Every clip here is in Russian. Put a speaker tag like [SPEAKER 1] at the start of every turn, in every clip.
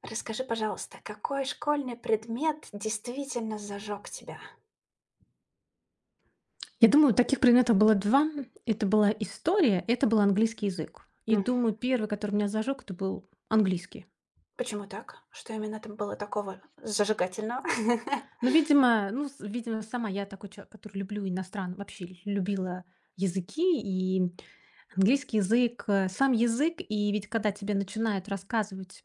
[SPEAKER 1] Расскажи, пожалуйста, какой школьный предмет действительно зажег тебя?
[SPEAKER 2] Я думаю, таких предметов было 2. Это была история, это был английский язык. И
[SPEAKER 1] М.
[SPEAKER 2] думаю, первый, который меня зажег, это был английский.
[SPEAKER 1] Почему так? Что именно там было такого зажигательного?
[SPEAKER 2] Но, видимо, ну, с видимо, сама я такой человек, который люблю иностран вообще любила языки и английский язык, сам язык. И ведь когда тебе начинают рассказывать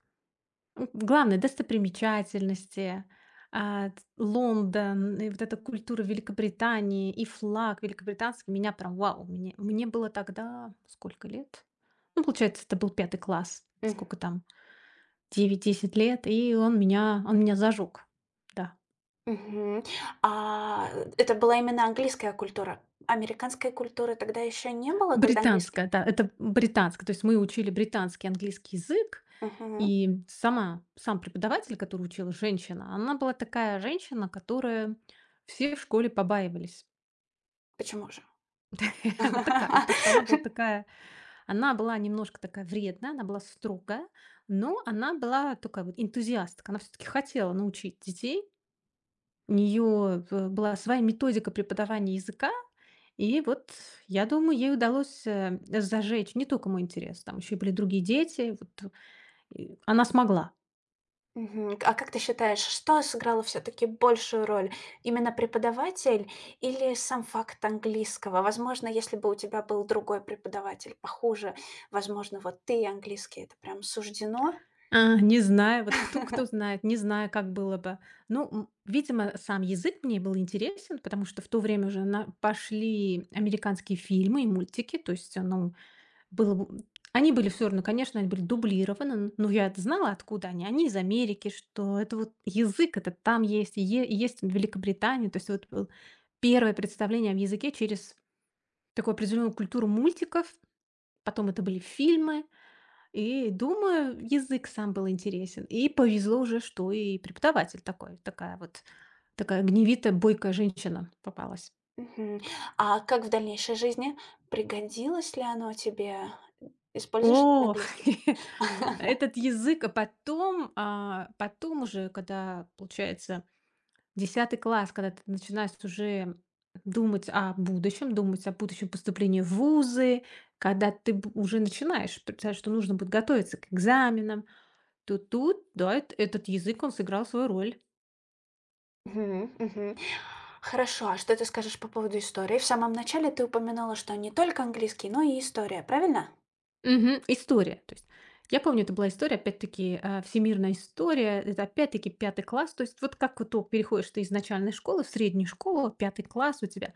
[SPEAKER 2] М, главное — достопримечательности, т Лондон и вот эта культура Великобритании, и флаг великобританский меня прям вау! Мне было тогда сколько лет? Ну, получается, это был пятый класс.
[SPEAKER 1] Мгм.
[SPEAKER 2] Сколько там, 9, 10 лет, и он меня зажег. Да.
[SPEAKER 1] Мгм. А, это была именно английская культура? Американской культуры тогда еще не было, когда английский...
[SPEAKER 2] Британская, да, это британская. То есть мы учили британский английский язык,
[SPEAKER 1] Мгм.
[SPEAKER 2] и сам преподаватель, который учила, женщина, она была такая женщина, которую все в школе побаивались.
[SPEAKER 1] Почему же?
[SPEAKER 2] Вот такая, ну, потому что она была такая, она была немножко такая вредная, она была строгая, но она была такая вот энтузиастка. Она все-таки хотела научить детей. У нее была своя методика преподавания языка, и вот, я думаю, ей удалось зажечь не только мой интерес, там еще и были другие дети. Вот, она смогла.
[SPEAKER 1] Мгм. А как ты считаешь, что сыграло все таки большую роль? Именно преподаватель или сам факт английского? Возможно, если бы у тебя был другой преподаватель похуже, возможно, вот ты и английский — это прям суждено.
[SPEAKER 2] А, не знаю, вот кто знает, не знаю, как было бы. Ну, видимо, сам язык мне был интересен, потому что в то время уже на пошли американские фильмы и мультики, то есть, ну, было бы они были все, равно, конечно, они были дублированы, н но я это знала, откуда они. Они из Америки, что это вот язык это там есть, и есть в Великобритании. То есть вот был первое представление о языке через такую определенную культуру мультиков, потом это были фильмы, и думаю, язык сам был интересен. И повезло уже, что и преподаватель такой, такая вот, такая гневитая, бойкая женщина попалась.
[SPEAKER 1] Мгм. А как в дальнейшей жизни? Пригодилось ли оно тебе? Используешь ли ты
[SPEAKER 2] О,
[SPEAKER 1] английский?
[SPEAKER 2] этот язык, а потом, потом уже, когда, получается, 10-й класс, когда ты начинаешь уже думать о будущем поступлении в вузы, когда уже начинаешь представлять, что нужно будет готовиться к экзаменам, то тут, да, этот язык, он сыграл свою роль.
[SPEAKER 1] Мгм, мгм. Хорошо, а что ты скажешь по поводу истории? В самом начале ты упоминала, что не только английский, но и история, правильно?
[SPEAKER 2] Мгм. История. То есть я помню, это была история, опять-таки, всемирная история. Это опять-таки пятый класс. То есть вот как вот то переходишь ты из начальной школы в среднюю школу, пятый класс у тебя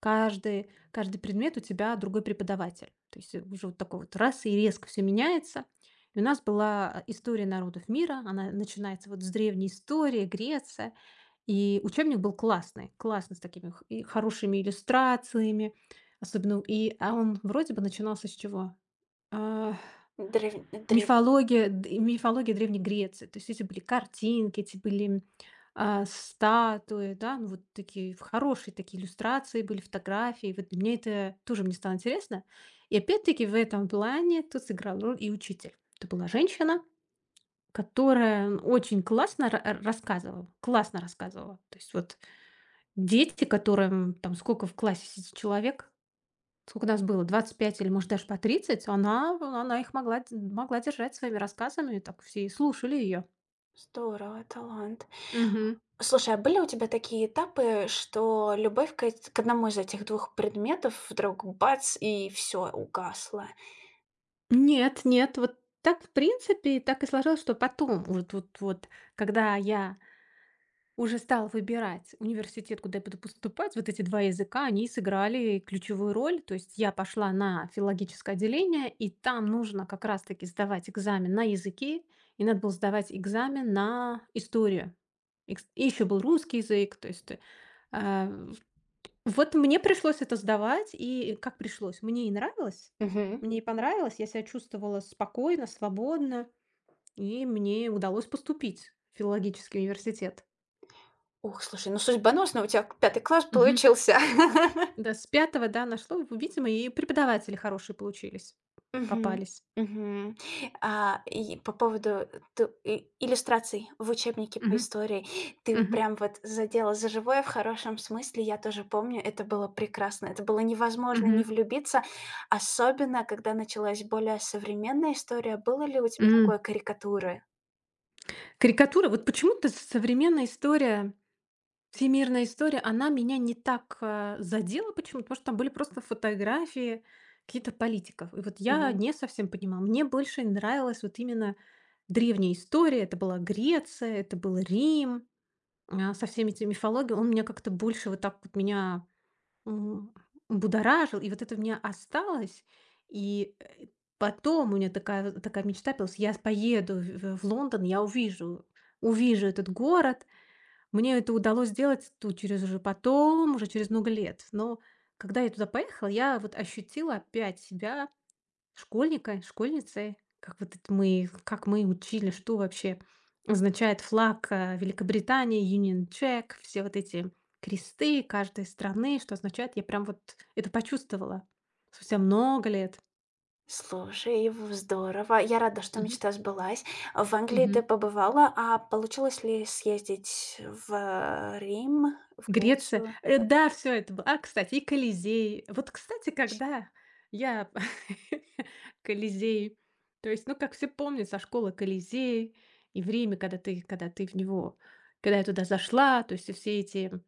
[SPEAKER 2] каждый предмет у тебя другой преподаватель. То есть уже вот такой вот раз и резко все меняется. И у нас была история народов мира. Она начинается вот с древней истории, Греция. И учебник был классный, классный, с такими и хорошими иллюстрациями, особенно. И, а он вроде бы начинался с чего? А,
[SPEAKER 1] Древ древ...
[SPEAKER 2] мифология Древней Греции. То есть эти были картинки, эти были, а, статуи, да, ну, вот такие в хорошие такие иллюстрации были, фотографии. Вот мне это тоже мне стало интересно. И опять-таки в этом плане тут сыграл роль и учитель. Это была женщина, которая ну, очень классно ра ра рассказывала, классно рассказывала. То есть вот дети, которым там сколько в классе сидит человек? Сколько нас было, 25 или, может, даже по 30, она их могла держать своими рассказами, и так все и слушали ее.
[SPEAKER 1] Здорово, талант.
[SPEAKER 2] Мгм.
[SPEAKER 1] Слушай, а были у тебя такие этапы, что любовь к эт к одному из этих двух предметов вдруг бац и все угасла?
[SPEAKER 2] Нет, нет, вот так, в принципе, и так и сложилось, что потом, вот, когда я уже стал выбирать университет, куда я буду поступать. Вот эти 2 языка, они сыграли ключевую роль. То есть я пошла на филологическое отделение, и там нужно как раз-таки сдавать экзамен на языки, и надо было сдавать экзамен на историю. Икс и еще был русский язык, то есть, а, в вот мне пришлось это сдавать, и как пришлось, мне и нравилось,
[SPEAKER 1] Мгм.
[SPEAKER 2] мне и понравилось, я себя чувствовала спокойно, свободно, и мне удалось поступить в филологический университет.
[SPEAKER 1] Ух, слушай, ну судьбоносно у тебя пятый класс получился.
[SPEAKER 2] Да, с пятого да, нашло. В видимо, и преподаватели хорошие получились,
[SPEAKER 1] Мгм.
[SPEAKER 2] попались.
[SPEAKER 1] Мгм. И по поводу ту и иллюстраций в учебнике по
[SPEAKER 2] Мгм.
[SPEAKER 1] истории. Ты
[SPEAKER 2] Мгм.
[SPEAKER 1] прям вот задела за живое, в хорошем смысле. Я тоже помню, это было прекрасно. Это было невозможно
[SPEAKER 2] Мгм.
[SPEAKER 1] не влюбиться, особенно когда началась более современная история. Было ли у тебя
[SPEAKER 2] М.
[SPEAKER 1] такое, карикатуры?
[SPEAKER 2] Карикатура. Вот почему-то современная история, всемирная история, она меня не так, а, задела почему-то, потому что там были просто фотографии каких-то политиков. И вот я
[SPEAKER 1] Мгм.
[SPEAKER 2] не совсем понимала. Мне больше нравилась вот именно древняя история. Это была Греция, это был Рим, а, со всеми этими мифологиями. Он меня как-то больше вот так вот меня М, будоражил, и вот это у меня осталось. И, потом у меня такая вот такая мечта появилась: я поеду в Лондон, я увижу увижу этот город. Мне это удалось сделать тут через уже потом, уже через много лет. Но когда я туда поехала, я вот ощутила опять себя школьника, школьницы, как вот это мы как мы учили, что вообще означает флаг, а, Великобритании, Union Jack, все вот эти кресты каждой страны, что означает. Я прям вот это почувствовала спустя много лет.
[SPEAKER 1] Слушай, в здорово. Я рада, что
[SPEAKER 2] Мгм.
[SPEAKER 1] мечта сбылась. В Англии
[SPEAKER 2] Мгм.
[SPEAKER 1] ты побывала, а получилось ли съездить в Рим, в
[SPEAKER 2] Греция.
[SPEAKER 1] Грецию?
[SPEAKER 2] Да, все это было. А, кстати, и Колизей. Вот, кстати, когда я Колизей, то есть, ну, как все помнят со школы Колизей и время, когда ты в него когда я туда зашла, то есть и все эти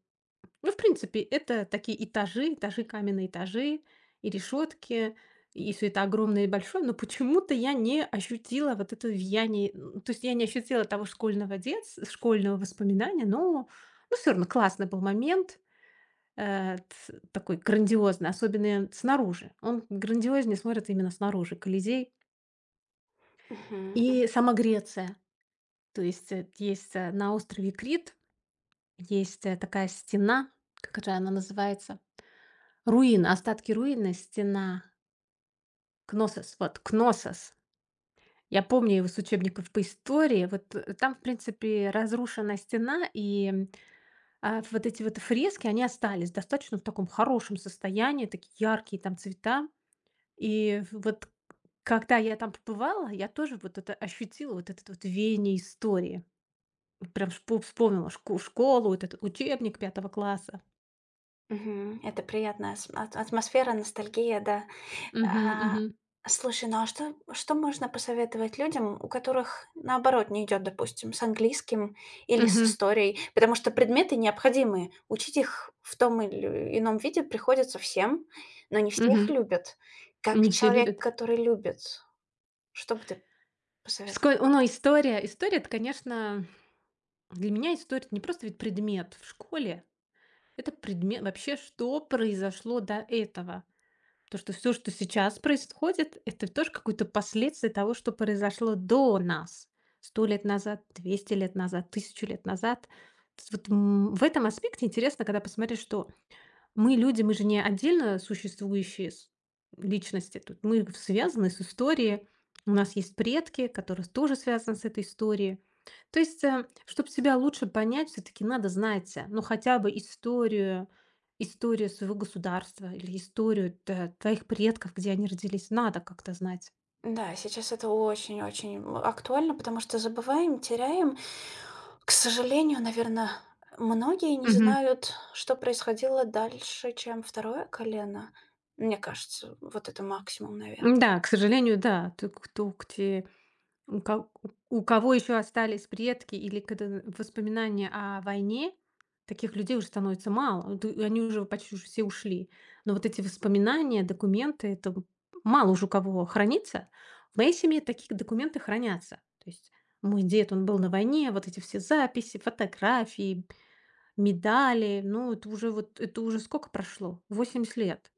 [SPEAKER 2] ну, в принципе, это такие этажи, этажи, каменные этажи и решетки, и все это огромное и большое, но почему-то я не ощутила вот это влияние, н то есть я не ощутила того школьного детства, школьного воспоминания, но, ну, все равно классный был момент. Э, ц такой грандиозный, особенно снаружи. Он грандиознее смотрится именно снаружи, Колизей.
[SPEAKER 1] Мгм.
[SPEAKER 2] И сама Греция. То есть, есть, на острове Крит есть, такая стена, как же она называется? Руины, остатки руины, стена Кносос. Вот, Кносос. Я помню его с учебников по истории. Вот, там, в принципе, разрушена стена, и, а, вот эти вот фрески, они остались достаточно в таком хорошем состоянии, такие яркие там цвета. И вот когда я там побывала, я тоже вот это ощутила, вот этот вот веяние истории. Вот прям вспомнила школу, вот этот учебник пятого класса.
[SPEAKER 1] Мгм. Это приятная ас ат атмосфера, ностальгия, да.
[SPEAKER 2] Мгм,
[SPEAKER 1] А,
[SPEAKER 2] мгм,
[SPEAKER 1] слушай, ну а что можно посоветовать людям, у которых, наоборот, не идет, допустим, с английским или с
[SPEAKER 2] мгм,
[SPEAKER 1] историей? Потому что предметы необходимы, учить их в том или ином виде приходится всем, но не все их
[SPEAKER 2] мгм.
[SPEAKER 1] любят. Как
[SPEAKER 2] Они все
[SPEAKER 1] человек,
[SPEAKER 2] любят.
[SPEAKER 1] который любит, что бы ты посоветовал?
[SPEAKER 2] Ну, история. История, это, конечно, для меня история это не просто ведь предмет в школе, это предмет вообще, что произошло до этого. То, что все, что сейчас происходит, это тоже какое-то последствие того, что произошло до нас. 100 лет назад, 200 лет назад, 1000 лет назад. То есть вот, в этом аспекте интересно, когда посмотришь, что мы люди, мы же не отдельно существующие с личности тут. Связаны с историей. У нас есть предки, которые тоже связаны с этой историей. То есть, чтобы себя лучше понять, все-таки надо знать, ну, хотя бы историю, историю своего государства или историю твоих предков, где они родились. Надо как-то знать.
[SPEAKER 1] Да, сейчас это очень-очень актуально, потому что забываем, теряем. К сожалению, наверное, многие не
[SPEAKER 2] Мгм.
[SPEAKER 1] знают, что происходило дальше, чем второе колено. Мне кажется, вот это максимум, наверное.
[SPEAKER 2] Да, к сожалению, да. Ты У ко у кого еще остались предки или когда воспоминания о войне, таких людей уже становится мало. Вот и они уже почти уже все ушли. Но вот эти воспоминания, документы — это в мало уже у кого хранится. В моей семье такие документы хранятся. То есть мой дед, он был на войне, вот эти все записи, фотографии, медали. Ну, это уже вот это уже сколько прошло? 80 лет.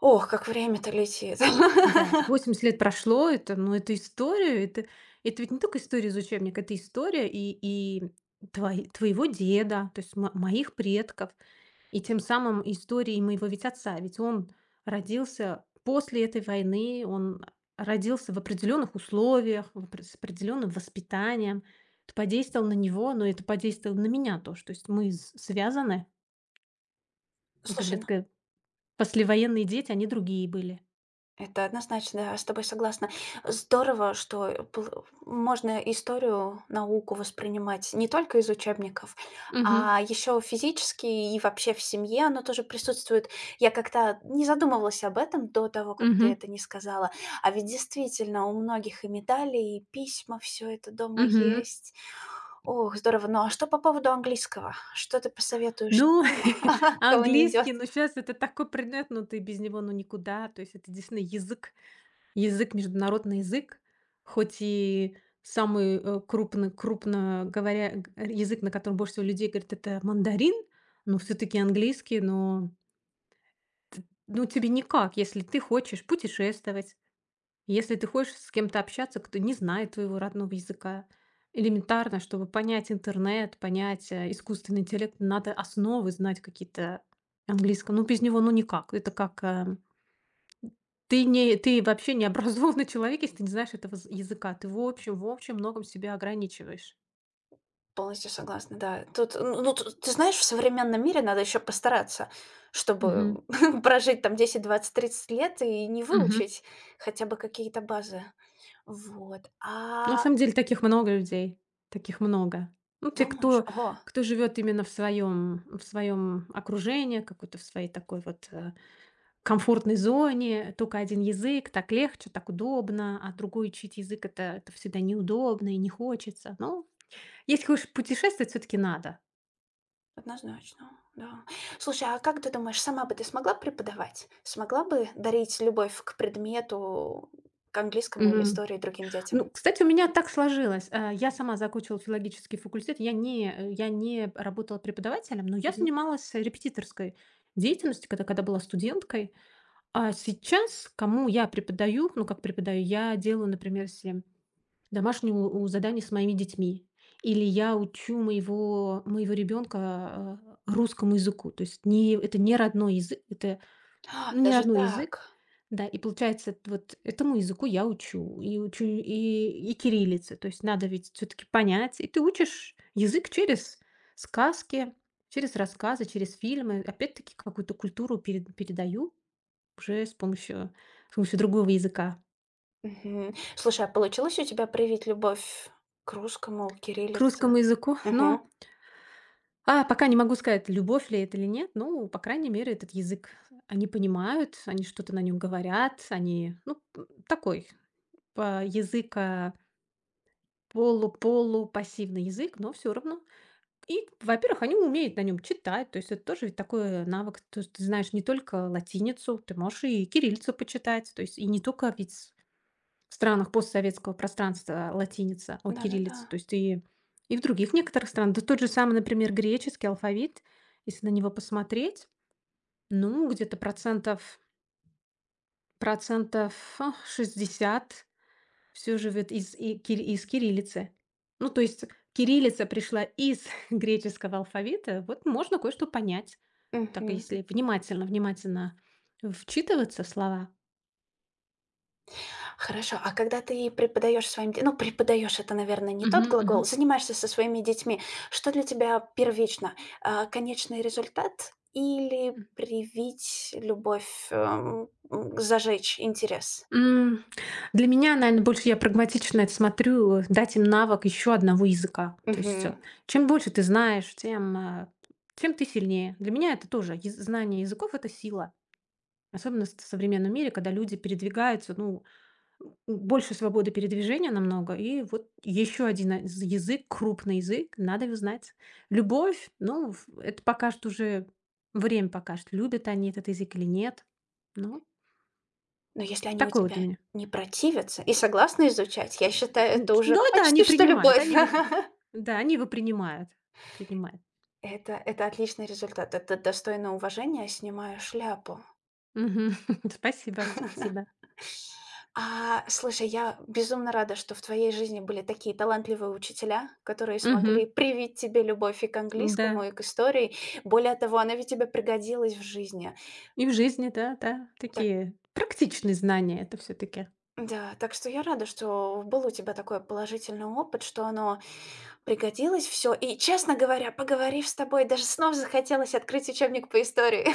[SPEAKER 1] Ох, как время-то летит.
[SPEAKER 2] Да, 80 лет прошло, это, ну, это история, это ведь не только история из учебника, это история и твоего деда, то есть моих предков, и тем самым истории моего ведь отца, ведь он родился после этой войны, он родился в определенных условиях, с определенным воспитанием, это подействовало на него, но это подействовало на меня тоже, то есть связаны. И как
[SPEAKER 1] Слушай,
[SPEAKER 2] говорят,
[SPEAKER 1] ну...
[SPEAKER 2] послевоенные дети, они другие были.
[SPEAKER 1] Это однозначно, да, с тобой согласна. Здорово, что можно историю, науку воспринимать не только из учебников,
[SPEAKER 2] Угу,
[SPEAKER 1] а еще физически и вообще в семье оно тоже присутствует. Я как-то не задумывалась об этом до того, как ты
[SPEAKER 2] угу,
[SPEAKER 1] это не сказала. А ведь действительно у многих и медали, и письма, все это дома
[SPEAKER 2] угу.
[SPEAKER 1] есть. Ох, здорово. Ну а что по поводу английского? Что ты посоветуешь
[SPEAKER 2] Ну,
[SPEAKER 1] тем, кого не идет?
[SPEAKER 2] английский, но сейчас это такой предмет, ну, ты без него, ну, никуда. То есть это действительно язык, язык, международный язык, хоть и самый, крупно говоря язык, на котором больше всего людей говорит, это мандарин, но все таки английский, но, ну, тебе никак, если ты хочешь путешествовать, если ты хочешь с кем-то общаться, кто не знает твоего родного языка, элементарно, чтобы понять интернет, понять искусственный интеллект, надо основы знать какие-то английского. Ну, без него, ну, никак. Это как... ты, не, ты вообще не образованный человек, если ты не знаешь этого языка. Ты в общем многом себя ограничиваешь.
[SPEAKER 1] Полностью согласна, да. Тут, тут, ты знаешь, в современном мире надо еще постараться,
[SPEAKER 2] Мгм.
[SPEAKER 1] чтобы прожить там 10, 20, 30 лет и не
[SPEAKER 2] Мгм.
[SPEAKER 1] выучить хотя бы какие-то базы. Вот.
[SPEAKER 2] На
[SPEAKER 1] А
[SPEAKER 2] самом деле таких много людей. Таких много. Ну, те,
[SPEAKER 1] думаешь...
[SPEAKER 2] кто,
[SPEAKER 1] О,
[SPEAKER 2] кто живет именно в своем окружении, какой-то в своей такой вот комфортной зоне, только один язык, так легче, так удобно, а другой учить язык — это всегда неудобно и не хочется. Ну, если хочешь путешествовать, все таки надо.
[SPEAKER 1] однозначно, да. Слушай, а как ты думаешь, сама бы ты смогла преподавать? Смогла бы дарить любовь к предмету, к английскому или
[SPEAKER 2] Мгм.
[SPEAKER 1] истории другим детям?
[SPEAKER 2] Ну, кстати, у меня так сложилось. Я сама закончила филологический факультет. Я не, я не работала преподавателем, но я
[SPEAKER 1] Мгм.
[SPEAKER 2] занималась репетиторской деятельностью, когда была студенткой. А сейчас, кому я преподаю, ну, как преподаю, я делаю, например, если домашнее у задание с моими детьми. Или я учу моего ребенка русскому языку. То есть не, это не родной язык, это
[SPEAKER 1] А,
[SPEAKER 2] ну, не
[SPEAKER 1] даже
[SPEAKER 2] родной язык,
[SPEAKER 1] так.
[SPEAKER 2] да, и получается, вот этому языку я учу, и учу и кириллице. То есть надо ведь все-таки понять. И ты учишь язык через сказки, через рассказы, через фильмы. Опять-таки какую-то культуру передаю уже с помощью другого языка.
[SPEAKER 1] Мгм. Слушай, а получилось у тебя проявить любовь к русскому, к
[SPEAKER 2] К
[SPEAKER 1] кириллице?
[SPEAKER 2] русскому языку, но
[SPEAKER 1] Мгм.
[SPEAKER 2] а, пока не могу сказать, любовь ли это или нет, ну, по крайней мере, этот язык они понимают, они что-то на нем говорят, они, ну, такой по языка полу-полу-пассивный язык, но все равно. И, во-первых, они умеют на нем читать, то есть это тоже ведь такой навык, то есть ты знаешь не только латиницу, ты можешь и кириллицу почитать, то есть и не только ведь в странах постсоветского пространства латиница, о,
[SPEAKER 1] Да-да-да.
[SPEAKER 2] кириллица, то есть и в других некоторых странах. Да тот же самый, например, греческий алфавит, если на него посмотреть, ну, где-то процентов, а, 60 всё же вот из кириллицы. Ну, то есть кириллица пришла из греческого алфавита, вот можно кое-что понять. Так,
[SPEAKER 1] Мгм.
[SPEAKER 2] если внимательно вчитываться в слова.
[SPEAKER 1] Хорошо. А когда ты преподаешь своим де... ну, преподаешь — это, наверное, не тот
[SPEAKER 2] Мгм, мгм.
[SPEAKER 1] глагол, занимаешься со своими детьми, что для тебя первично? Конечный результат или привить любовь, зажечь интерес?
[SPEAKER 2] М, для меня, наверное, больше я прагматично это смотрю, дать им навык еще одного языка. То есть,
[SPEAKER 1] Мгм.
[SPEAKER 2] чем больше ты знаешь, тем, тем ты сильнее. Для меня это тоже яз знание языков — это сила. Особенно с в современном мире, когда люди передвигаются, ну, больше свободы передвижения намного. И вот еще один, а, з язык, крупный язык, надо его знать. Любовь, ну, ф это покажет уже время покажет, любят они этот язык или нет. Ну,
[SPEAKER 1] Но если они у
[SPEAKER 2] такой вот
[SPEAKER 1] тебя
[SPEAKER 2] у меня
[SPEAKER 1] не противятся и согласны изучать, я считаю, это уже
[SPEAKER 2] но это они
[SPEAKER 1] почти что
[SPEAKER 2] принимают,
[SPEAKER 1] любовь.
[SPEAKER 2] они его да, они его принимают, принимают.
[SPEAKER 1] Это отличный результат, это достойно уважения, снимаю шляпу.
[SPEAKER 2] Мгм. Спасибо, спасибо.
[SPEAKER 1] А, слушай, я безумно рада, что в твоей жизни были такие талантливые учителя, которые
[SPEAKER 2] Мгм.
[SPEAKER 1] смогли привить тебе любовь и к английскому,
[SPEAKER 2] Да.
[SPEAKER 1] и к истории. Более того, она ведь тебе пригодилась в жизни.
[SPEAKER 2] И в жизни, да, да,
[SPEAKER 1] Так,
[SPEAKER 2] такие практичные знания это все таки
[SPEAKER 1] да, так что я рада, что был у тебя такой положительный опыт, что оно пригодилось все. И, честно говоря, поговорив с тобой, даже снова захотелось открыть учебник по истории.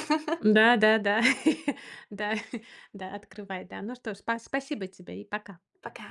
[SPEAKER 2] да, да, да. Да, да, открывай, да. Ну что ж, спасибо тебе и пока.
[SPEAKER 1] Пока.